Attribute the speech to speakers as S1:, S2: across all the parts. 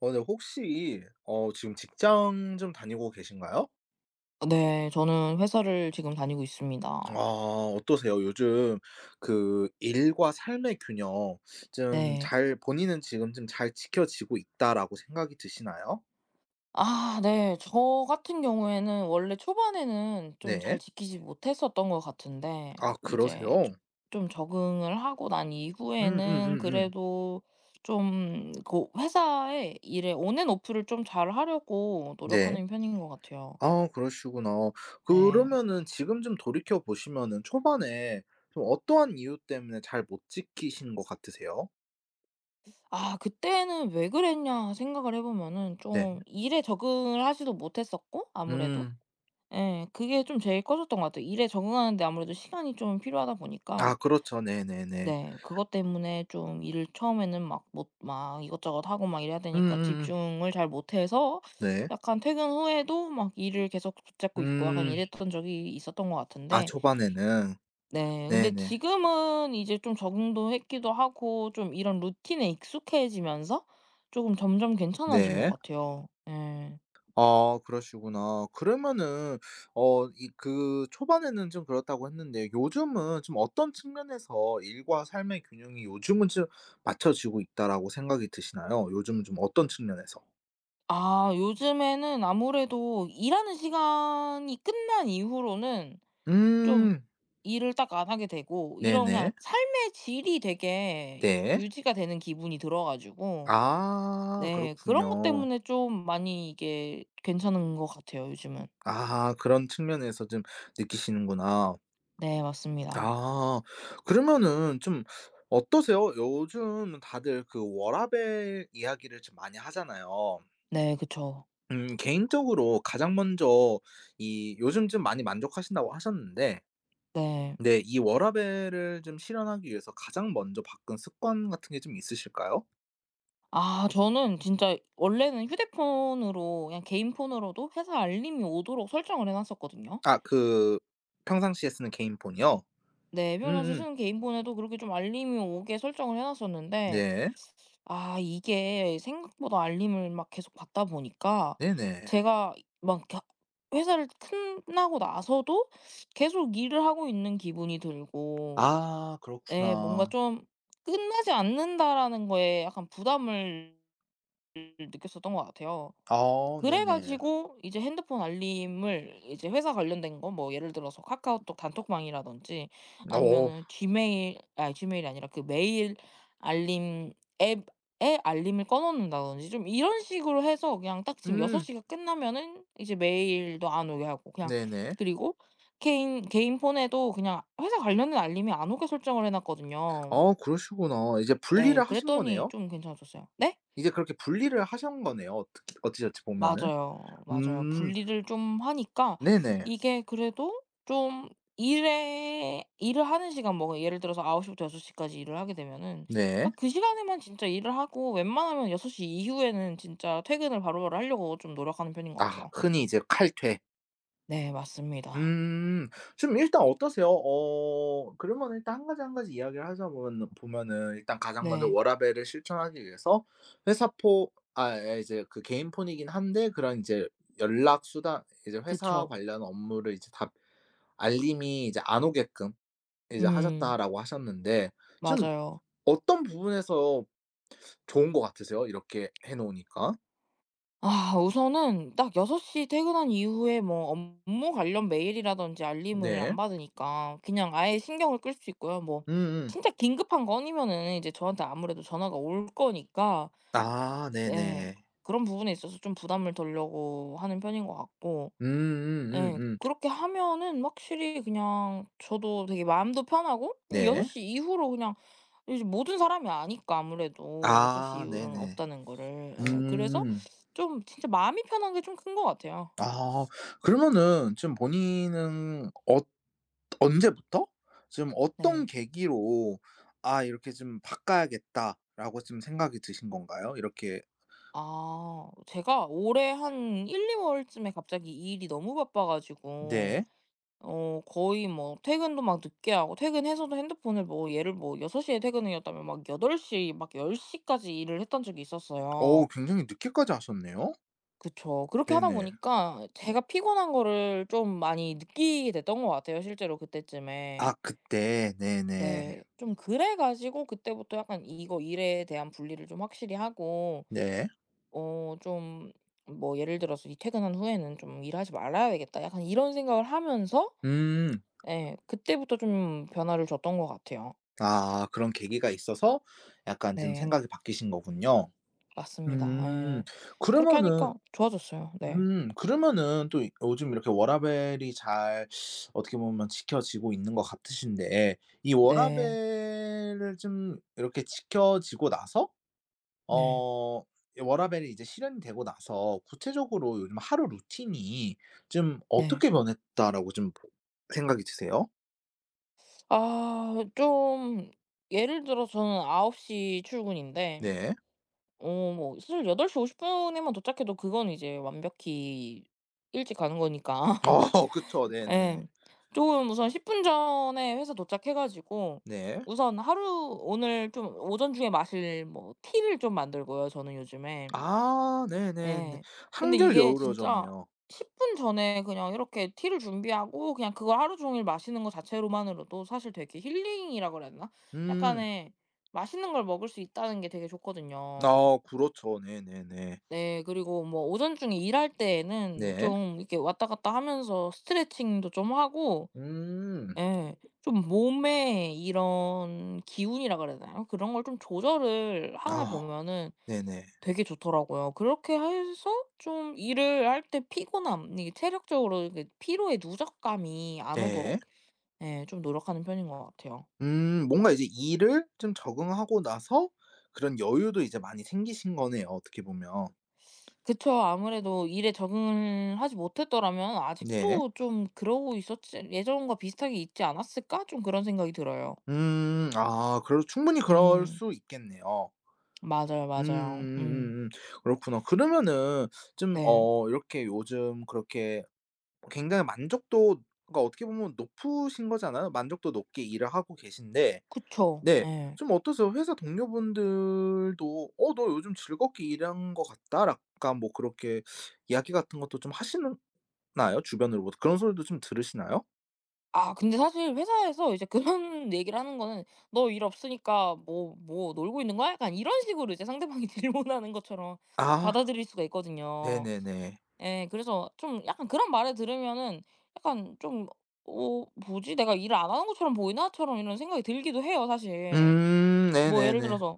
S1: 어 네. 혹시 어 지금 직장 좀 다니고 계신가요?
S2: 아, 네. 저는 회사를 지금 다니고 있습니다.
S1: 아 어떠세요? 요즘 그 일과 삶의 균형 좀
S2: 네.
S1: 잘 본인은 지금 좀 '잘 지켜지고 있다.'라고 생각이 드시나요?
S2: 아 네. 저 같은 경우에는 원래 초반에는 좀 잘
S1: 네.
S2: 지키지 못했었던 것 같은데
S1: 아
S2: 이제
S1: 그러세요?
S2: 좀 적응을 하고 난 이후에는
S1: 음음음음.
S2: 그래도 좀 그 회사의 일에 온앤오프를 좀 잘하려고
S1: 네.
S2: 노력하는 편인 것 같아요.
S1: 아 그러시구나.
S2: 네.
S1: 그러면은 지금 좀 돌이켜 보시면은 초반에 좀 어떠한 이유 때문에 잘 못 지키신 것 같으세요?
S2: 아 그때는 '왜 그랬냐.' 생각을 해 보면은
S1: 네.
S2: 좀 일에 적응을 하지도 못했었고 아무래도
S1: 음.
S2: 예. 그게 좀 제일 컸었던 것 같아요. 일에 적응하는 데 아무래도 시간이 좀 필요하다 보니까
S1: 아 그렇죠. 네네네.
S2: 네 그것 때문에 좀 일을 처음에는 막 못 막 이것저것 하고 막 이래야 되니까
S1: 음음음.
S2: 집중을 잘 못해서
S1: 네.
S2: 약간 퇴근 후에도 막 일을 계속 붙잡고 있고 약간
S1: 음.
S2: 이랬던 적이 있었던 것
S1: 아
S2: 같은데
S1: 초반에는.
S2: 네 근데
S1: 네네.
S2: 지금은 이제 좀 적응도 했기도 하고 좀 이런 루틴에 익숙해지면서 조금 점점 괜찮아진 것
S1: 네.
S2: 같아요. 예.
S1: 아 그러시구나. 그러면은 어 이 그 초반에는 좀 그렇다고 했는데 요즘은 좀 어떤 측면에서 '일과 삶의 균형이 요즘은 좀 맞춰지고 있다.'라고 생각이 드시나요? 요즘은 좀 어떤 측면에서?
S2: 아 요즘에는 아무래도 일하는 시간이 끝난 이후로는 좀
S1: 음.
S2: 일을 딱 안 하게 되고 이런 그냥
S1: 네네.
S2: 삶의 질이 되게
S1: 네.
S2: 유지가 되는 기분이 들어 가지고
S1: 아
S2: 네 그런 것
S1: 그렇군요.
S2: 때문에 좀 많이 이게 괜찮은 것 같아요 요즘은.
S1: 아 그런 측면에서 좀 느끼시는구나.
S2: 네 맞습니다.
S1: 아. 그러면은 좀 어떠세요? 요즘 다들 그 워라밸 이야기를 좀 많이 하잖아요.
S2: 네 그쵸.
S1: 개인적으로 가장 먼저 이 요즘 좀 많이 만족하신다고 하셨는데
S2: 네.
S1: 네 이 워라밸을 좀 실현하기 위해서 가장 먼저 바꾼 습관 같은 게 좀 있으실까요?
S2: 아 저는 진짜 원래는 휴대폰으로 그냥 개인 폰으로도 회사 알림이 오도록 설정을 해 놨었거든요.
S1: 아 그 평상시에 쓰는 개인폰이요?
S2: 네. 애플에서
S1: 음음.
S2: 쓰는 개인본에도 그렇게 좀 알림이 오게 설정을 해 놨었는데
S1: 네.
S2: 아 이게 생각보다 알림을 막 계속 받다 보니까
S1: 네네.
S2: 제가 막 이렇게 회사를 끝나고 나서도 계속 일을 하고 있는 기분이 들고
S1: 아
S2: 네 뭔가
S1: 그렇구나.
S2: 좀 '끝나지 않는다.'라는 거에 약간 부담을 느꼈었던 것 같아요.
S1: 아
S2: 그래
S1: 네네.
S2: 가지고 이제 핸드폰 알림을 이제 회사 관련된 거 뭐 예를 들어서 카카오톡 단톡방이라든지
S1: 어.
S2: 아니면은 지메일 아니 지메일이 아니라 그 메일 알림 앱에 알림을 꺼 놓는다든지 좀 이런 식으로 해서 그냥 딱 지금 6
S1: 음.
S2: 시가 끝나면은 이제 메일도 안 오게 하고 그냥
S1: 네네.
S2: 그리고 개인 폰에도 그냥 회사 관련된 알림이 안 오게 설정을 해 놨거든요.
S1: 아 그러시구나. 이제
S2: 네.
S1: 분리를 하신
S2: 그랬더니
S1: 거네요?
S2: 좀 괜찮아졌어요. 네?
S1: 이제 그렇게 분리를 하신 거네요, 어떻게 어찌저찌 보면은.
S2: 맞아요. 맞아요.
S1: 음
S2: 분리를 좀 하니까
S1: 네네.
S2: 이게 그래도 좀 일에 일을 하는 시간 뭐 예를 들어서 9 시부터 6 시까지 일을 하게 되면은
S1: 네.
S2: 딱 그 시간에만 진짜 일을 하고 웬만하면 6시 이후에는 진짜 퇴근을 바로바로 하려고 좀 노력하는 편인 것
S1: 아
S2: 같아요.
S1: 흔히 이제 칼퇴.
S2: 네 맞습니다.
S1: 음. 지금 일단 어떠세요? 어 그러면 일단 한 가지 이야기를 하자 보면은 일단 가장 먼저
S2: 네.
S1: 워라밸을 실천하기 위해서 회사 포 아 예 이제 그 개인 폰이긴 한데 그런 이제 연락 수단 이제 회사
S2: 그쵸.
S1: 관련 업무를 이제 다 알림이 이제 안 오게끔 이제
S2: 음
S1: 하셨다라고 하셨는데 좀
S2: 맞아요.
S1: 어떤 부분에서 좋은 것 같으세요? 이렇게 해 놓으니까?
S2: 아 우선은 딱여섯 시 퇴근한 이후에 뭐 업무 관련 메일이라든지 알림을
S1: 네.
S2: 안 받으니까 그냥 아예 신경을 끌 수 있고요. 뭐
S1: 음음.
S2: 진짜 긴급한 건이면은 이제 저한테 아무래도 전화가 올 거니까
S1: 아
S2: 네
S1: 네네.
S2: 그런 부분에 있어서 좀 부담을 덜려고 하는 편인 것 같고 예.
S1: 음음음음.
S2: 그렇게 하면은 확실히 그냥 저도 되게 마음도 편하고 6
S1: 네.
S2: 시 이후로 그냥 이제 모든 사람이 아니까 아무래도 6시
S1: 아
S2: 이후로는
S1: 네네.
S2: 없다는 거를. 예. 그래서
S1: 음.
S2: 좀 진짜 마음이 편한 게 좀 큰 것 같아요.
S1: 아 그러면은 지금 본인은 어 언제부터 지금 어떤
S2: 네.
S1: 계기로 '아 이렇게 좀 바꿔야겠다.'라고 지금 생각이 드신 건가요? 이렇게
S2: 아 제가 올해 한 1~2월 월쯤에 갑자기 이 일이 너무 바빠 가지고
S1: 네.
S2: 어 거의 뭐 퇴근도 막 늦게 하고 퇴근해서도 핸드폰을 뭐 예를 뭐 6 시에 퇴근이었다면 막 8 시 막 10 시까지 일을 했던 적이
S1: 어
S2: 있었어요.
S1: 굉장히 늦게까지 하셨네요.
S2: 그쵸. 그렇게 하다
S1: 네네.
S2: 보니까 제가 피곤한 거를 좀 많이 느끼게 됐던 것 같아요 실제로
S1: 아
S2: 그때쯤에.
S1: 그때. 네네.
S2: 네. 좀 그래 가지고 그때부터 약간 이거 일에 대한 분리를 좀 확실히 하고
S1: 네.
S2: 어 좀 뭐 예를 들어서 '이 퇴근한 후에는 좀 일하지 말아야 되겠다.' 약간 이런 생각을 하면서
S1: 음.
S2: 예 그때부터 좀 변화를 줬던 것 같아요.
S1: 아 그런 계기가 있어서 약간 좀
S2: 네.
S1: 생각이 바뀌신 거군요.
S2: 맞습니다.
S1: 음.
S2: 예. 그렇게
S1: 그러면은
S2: 하니까 좋아졌어요. 네.
S1: 그러면은 또 이 요즘 이렇게 워라밸이 잘 어떻게 보면 지켜지고 있는 것 같으신데 이
S2: 네.
S1: 워라밸을 좀 이렇게 지켜지고 나서
S2: 네.
S1: 어 이 워라밸이 이제 실현이 되고 나서 구체적으로 요즘 하루 루틴이 좀
S2: 네.
S1: '어떻게 변했다.'라고 좀 생각이 드세요?
S2: 아 좀 예를 들어 저는 아홉 시 출근인데
S1: 네.
S2: 어 뭐 사실 8시 50 분에만 도착해도 그건 이제 완벽히 일찍 가는 거니까.
S1: 어 그쵸.
S2: 예.
S1: 네네.
S2: 조금 우선 10분 전에 회사 도착해 가지고
S1: 네.
S2: 우선 하루 오늘 좀 오전 중에 마실 뭐 티를 좀 만들고요, 저는 요즘에.
S1: 아 네네네.
S2: 예. 근데
S1: 한결
S2: 이게 진짜
S1: 여유로워졌네요.
S2: 10분 전에 그냥 이렇게 티를 준비하고 그냥 그걸 하루 종일 마시는 거 자체로만으로도 사실 되게 힐링이라 그래야 되나?
S1: 음.
S2: 약간의 맛있는 걸 먹을 수 있다는 게 되게 좋거든요.
S1: 아 그렇죠. 네네네.
S2: 네. 그리고 뭐 오전 중에 일할 때에는
S1: 네.
S2: 좀 이렇게 왔다 갔다 하면서 스트레칭도 좀 하고
S1: 음.
S2: 예 좀 몸에 이런 기운이라 그래야 되나요? 그런 걸 좀 조절을 하다
S1: 아
S2: 보면은
S1: 네네.
S2: 되게 좋더라고요. 그렇게 해서 좀 일을 할 때 피곤함 이게 체력적으로 이렇게 피로의 누적감이 안
S1: 네.
S2: 오도록 예 좀 노력하는 편인 것 같아요.
S1: 뭔가 이제 일을 좀 적응하고 나서 그런 여유도 이제 많이 생기신 거네요, 어떻게 보면.
S2: 그쵸. 아무래도 일에 적응을 하지 못했더라면
S1: 네.
S2: 아직도 좀 그러고 있었지 '예전과 비슷하게 있지 않았을까?' 좀 그런 생각이 들어요.
S1: 음. 아 그래도 충분히 그럴
S2: 음.
S1: 수 있겠네요.
S2: 맞아요, 맞아요. 음.
S1: 음음음음. 그렇구나. 그러면은 좀
S2: 네.
S1: 어 이렇게 요즘 그렇게 굉장히 만족도가 어떻게 보면 높으신 거잖아요. 만족도 높게 일을 하고 계신데
S2: 그쵸.
S1: 네.
S2: 예.
S1: 좀 어떠세요? 회사 동료분들도 "어 너 요즘 즐겁게 일한 것 같다." 약간 뭐 그렇게 이야기 같은 것도 좀 하시나요? 주변으로부터 그런 소리도 좀 들으시나요?
S2: 아 근데 사실 회사에서 이제 그런 얘기를 하는 거는 "너 일 없으니까 뭐 놀고 있는 거야?" 약간 이런 식으로 이제 상대방이 질문하는 것처럼
S1: 아
S2: 받아들일 수가 있거든요.
S1: 네네네.
S2: 예. 그래서 좀 약간 그런 말을 들으면은 약간 좀 '어 뭐지? 내가 일을 안 하는 것처럼 보이나?'처럼 이런 생각이 들기도 해요 사실. 뭐 예를
S1: 네네네.
S2: 들어서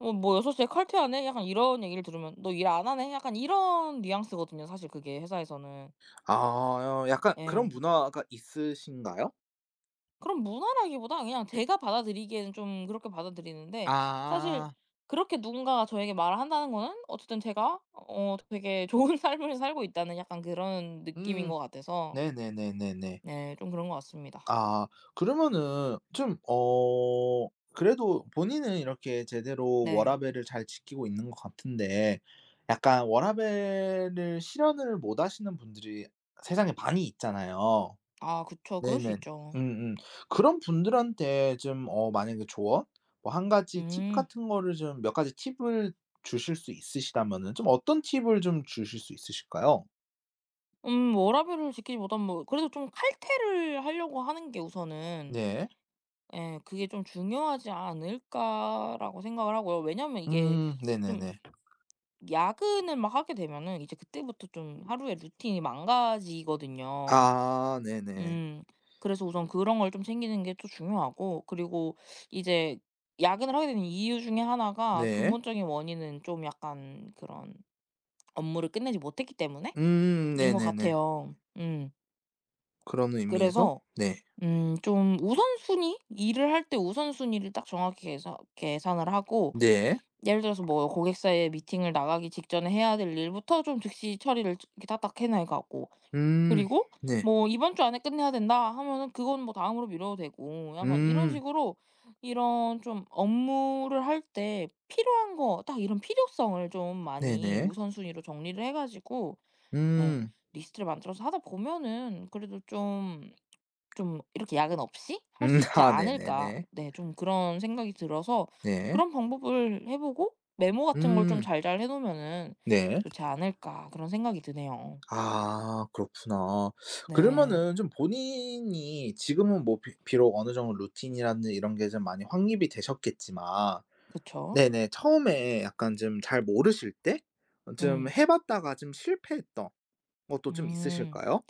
S2: " 6 시에 칼퇴하네?" 약간 이런 얘기를 들으면 "너 일 안 하네?" 약간 이런 뉘앙스거든요 사실 그게 회사에서는.
S1: 아 약간 그런
S2: 예.
S1: 문화가 있으신가요?
S2: 그럼 무난하기보다 그냥 제가 받아들이기에는 좀 그렇게 받아들이는데 사실
S1: 아.
S2: 그렇게 누군가가 저에게 말을 한다는 거는 어쨌든 제가 어 되게 좋은 삶을 살고 있다는 약간 그런 느낌인
S1: 음
S2: 것 같아서
S1: 네네네네네.
S2: 네 좀 그런 것 같습니다.
S1: 아 그러면은 좀 어 그래도 본인은 이렇게 제대로
S2: 네.
S1: 워라밸을 잘 지키고 있는 것 같은데 약간 워라밸을 실현을 못 하시는 분들이 세상에 많이 있잖아요.
S2: 아 그쵸. 그럴 수
S1: 네네.
S2: 있죠.
S1: 음음. 그런 분들한테 좀 어 만약에 조언? 뭐 한 가지 팁
S2: 음.
S1: 같은 거를 좀 몇 가지 팁을 주실 수 있으시다면은 좀 어떤 팁을 좀 주실 수 있으실까요?
S2: 워라밸을 지키지 못한 뭐 그래도 좀 칼퇴를 하려고 하는 게 우선은
S1: 네.
S2: 예 '그게 좀 중요하지 않을까.'라고 생각을 하고요. 왜냐면 이게 좀
S1: 네네네.
S2: 야근을 막 하게 되면은 이제 그때부터 좀 하루의 루틴이 망가지거든요.
S1: 아 네네.
S2: 음. 그래서 우선 그런 걸 좀 챙기는 게 또 중요하고 그리고 이제 야근을 하게 되는 이유 중에 하나가
S1: 네.
S2: 근본적인 원인은 좀 약간 그런 업무를 끝내지 못했기 때문에인 것
S1: 네네네.
S2: 같아요. 음.
S1: 그런 의미에서
S2: 그래서
S1: 네.
S2: 좀 우선순위? 일을 할 때 우선순위를 딱 정확히 계산을 하고
S1: 네.
S2: 예를 들어서 뭐 고객사의 미팅을 나가기 직전에 해야 될 일부터 좀 즉시 처리를 이렇게 딱딱 해 나가고
S1: 음
S2: 그리고
S1: 네.
S2: 뭐 '이번 주 안에 끝내야 된다.' 하면은 그건 뭐 다음으로 미뤄도 되고 약간 이런
S1: 음
S2: 식으로 이런 좀 업무를 할 때 필요한 거 딱 이런 필요성을 좀 많이
S1: 네네.
S2: 우선순위로 정리를 해 가지고 예
S1: 음.
S2: 리스트를 만들어서 하다 보면은 그래도 좀 좀 이렇게 야근 없이 할 수 있지
S1: 아
S2: 않을까.
S1: 네네네.
S2: 네 좀 그런 생각이 들어서
S1: 네.
S2: 그런 방법을 해 보고 메모 같은 걸 좀
S1: 음
S2: 잘 해 놓으면은
S1: 네.
S2: 좋지 않을까 그런 생각이 드네요.
S1: 아 그렇구나.
S2: 네.
S1: 그러면은 좀 본인이 지금은 뭐비 비록 어느 정도 루틴이라든지 이런 게 좀 많이 확립이 되셨겠지만
S2: 그쵸.
S1: 네네 처음에 약간 좀 잘 모르실 때 어 좀
S2: 음.
S1: 해 봤다가 좀 실패했던 것도 좀
S2: 음.
S1: 있으실까요?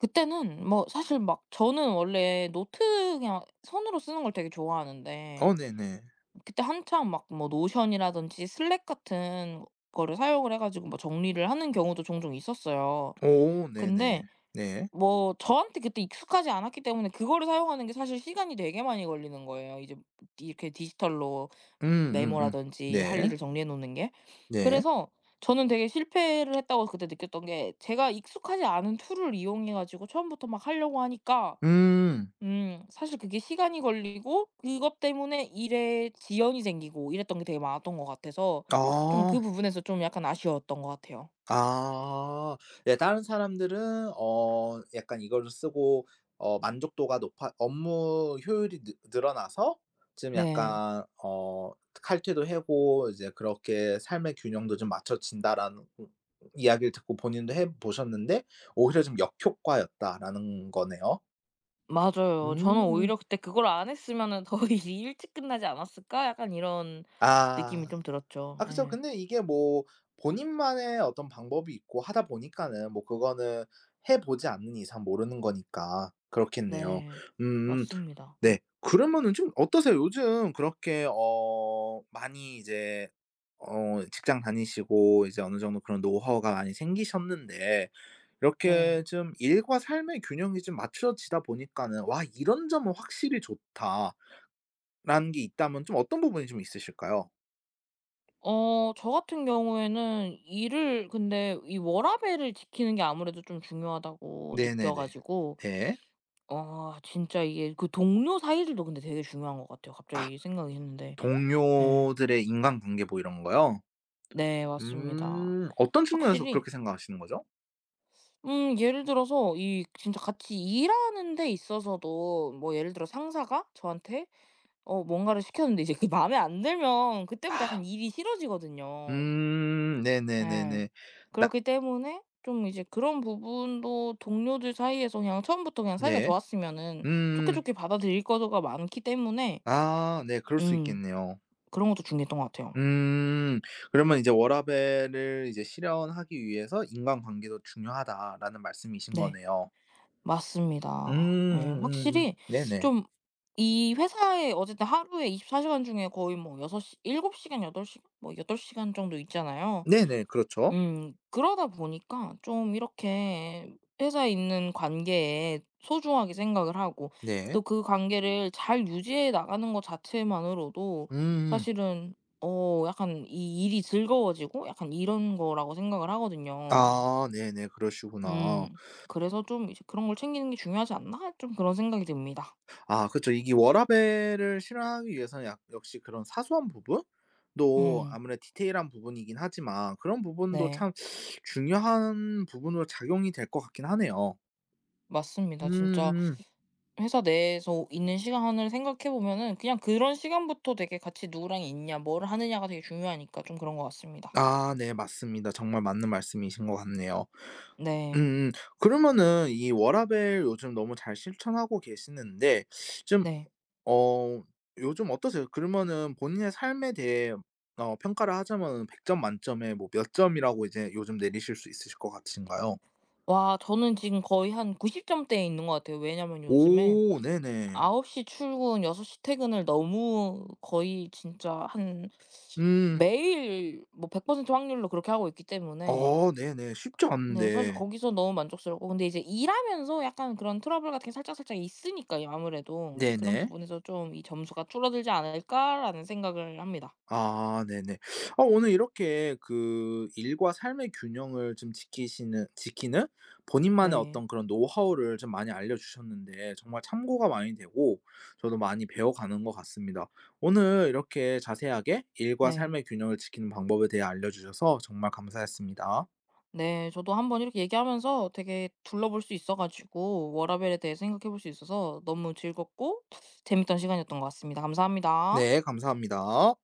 S2: 그때는 뭐 사실 막 저는 원래 노트 그냥 손으로 쓰는 걸 되게 좋아하는데
S1: 어 네네.
S2: 그때 한참 막 뭐 노션이라든지 슬랙 같은 거를 사용을 해 가지고 뭐 정리를 하는 경우도 종종 있었어요.
S1: 오 네네.
S2: 근데
S1: 네.
S2: 뭐 저한테 그때 익숙하지 않았기 때문에 그거를 사용하는 게 사실 시간이 되게 많이 걸리는 거예요. 이제 이렇게 디지털로
S1: 음음음.
S2: 메모라든지 할
S1: 네.
S2: 일을 정리해 놓는 게.
S1: 네.
S2: 그래서 저는 되게 실패를 했다고 그때 느꼈던 게 제가 익숙하지 않은 툴을 이용해 가지고 처음부터 막 하려고 하니까
S1: 음.
S2: 사실 그게 시간이 걸리고 그것 때문에 일에 지연이 생기고 이랬던 게 되게 많았던 것 같아서 좀 그
S1: 아.
S2: 부분에서 좀 약간 아쉬웠던 것 같아요.
S1: 아. 예 다른 사람들은 어 약간 이거를 쓰고 어 만족도가 높아 업무 효율이 느 늘어나서 좀
S2: 네.
S1: 약간 어 칼퇴도 하고 이제 그렇게 '삶의 균형도 좀 맞춰진다.'라는 이야기를 듣고 본인도 해 보셨는데 오히려 좀 역효과였다라는 거네요.
S2: 맞아요. 저는
S1: 음.
S2: 오히려 그때 '그걸 안 했으면은 더 일이 일찍 끝나지 않았을까?' 약간 이런
S1: 아.
S2: 느낌이 좀 들었죠.
S1: 아 그죠.
S2: 예.
S1: 근데 이게 뭐 본인만의 어떤 방법이 있고 하다 보니까는 뭐 그거는 해 보지 않는 이상 모르는 거니까 그렇겠네요. 네.
S2: 네.
S1: 음
S2: 맞습니다.
S1: 네.
S2: 어
S1: 그러면은 좀 어떠세요? 요즘 그렇게 어 많이 이제 어 직장 다니시고 이제 어느 정도 그런 노하우가 많이 생기셨는데 이렇게
S2: 네.
S1: 좀 일과 삶의 균형이 좀 맞춰지다 보니까는 '와 이런 점은 확실히 좋다.'라는 게 있다면 좀 어떤 부분이 좀 있으실까요?
S2: 어 저 같은 경우에는 일을 근데 이 워라밸을 지키는 게 아무래도 좀 중요하다고 느껴
S1: 네네네.
S2: 가지고
S1: 네.
S2: 어 진짜 이게 그 동료 사이들도 근데 되게 중요한 것 같아요,
S1: 아
S2: 갑자기 생각이 했는데. 예.
S1: 동료들의 인간관계 뭐 이런 거요?
S2: 네 맞습니다.
S1: 음. 어떤 측면에서
S2: 확실히
S1: 그렇게 생각하시는 거죠?
S2: 예를 들어서 이 진짜 같이 일하는 데 있어서도 뭐 예를 들어 상사가 저한테 어 뭔가를 시켰는데 이제 그게 마음에 안 들면 그때부터 약간
S1: 아.
S2: 일이 싫어지거든요.
S1: 음.
S2: 예.
S1: 네네네네. 나
S2: 그렇기 때문에 좀 이제 그런 부분도 동료들 사이에서 그냥 처음부터 그냥 사이가
S1: 네.
S2: 좋았으면은 좋게
S1: 음.
S2: 좋게 받아들일 거가 많기 때문에
S1: 아 네. 그럴 수
S2: 음
S1: 있겠네요.
S2: 그런 것도 중요했던 것 같아요.
S1: 음. 그러면 이제 워라밸을 이제 실현하기 위해서 인간관계도 중요하다라는 말씀이신
S2: 네.
S1: 거네요. 음
S2: 맞습니다. 예. 확실히
S1: 네네.
S2: 좀 이 회사에 어쨌든 하루에 24 시간 중에 거의 뭐 여섯 시7 시간 8 시간 뭐덟 시간 정도 있잖아요.
S1: 네네. 그렇죠.
S2: 그러다 보니까 좀 이렇게 회사에 있는 관계에 소중하게 생각을 하고
S1: 네.
S2: 또 그 관계를 잘 유지해 나가는 것 자체만으로도
S1: 음.
S2: 사실은 어 약간 이 일이 즐거워지고 약간 이런 거라고 생각을 하거든요.
S1: 아 네네. 그러시구나.
S2: 음. 그래서 좀 이제 '그런 걸 챙기는 게 중요하지 않나?' 좀 그런 생각이 듭니다.
S1: 아 그쵸. 이게 워라밸을 실현하기 위해서는 약 역시 그런 사소한 부분도
S2: 음.
S1: 아무래도 디테일한 부분이긴 하지만 그런 부분도
S2: 네.
S1: 참 중요한 부분으로 작용이 될 것 같긴 하네요. 음
S2: 맞습니다. 진짜
S1: 음.
S2: 회사 내에서 있는 시간을 생각해 보면은 그냥 그런 시간부터 되게 같이 누구랑 있냐 뭘 하느냐가 되게 중요하니까 좀 그런 것 같습니다.
S1: 아 네 맞습니다. 정말 맞는 말씀이신 것 같네요.
S2: 네.
S1: 음음. 그러면은 이 워라밸 요즘 너무 잘 실천하고 계시는데 좀
S2: 네.
S1: 어 요즘 어떠세요? 그러면은 본인의 삶에 대해 어 평가를 하자면 100점 만점에 뭐 몇 점이라고 이제 요즘 내리실 수 있으실 것 같으신가요?
S2: 와 저는 지금 거의 한 90 점대에 있는 것 같아요. 왜냐면 요즘에
S1: 오 네네.
S2: 9시 출근 6시 퇴근을 너무 거의 진짜 한
S1: 음.
S2: 매일 뭐 100% 확률로 그렇게 하고 있기 때문에
S1: 어 네네. 쉽지
S2: 네. 사실
S1: 않은데.
S2: 거기서 너무 만족스럽고 근데 이제 일하면서 약간 그런 트러블 같은 게 살짝살짝 있으니까 이 아무래도 이제 그런
S1: 네네.
S2: 부분에서 좀 '이 점수가 줄어들지 않을까.'라는 생각을 합니다.
S1: 아 네네. 아 오늘 이렇게 그 일과 삶의 균형을 좀 지키시는 지키는 본인만의
S2: 네.
S1: 어떤 그런 노하우를 좀 많이 알려주셨는데 정말 참고가 많이 되고 저도 많이 배워가는 것 같습니다. 오늘 이렇게 자세하게 일과
S2: 네.
S1: 삶의 균형을 지키는 방법에 대해 알려주셔서 정말 감사했습니다.
S2: 네. 저도 한번 이렇게 얘기하면서 되게 둘러볼 수 있어 가지고 워라밸에 대해 생각해 볼 수 있어서 너무 즐겁고 재밌던 시간이었던 것 같습니다. 감사합니다.
S1: 네 감사합니다.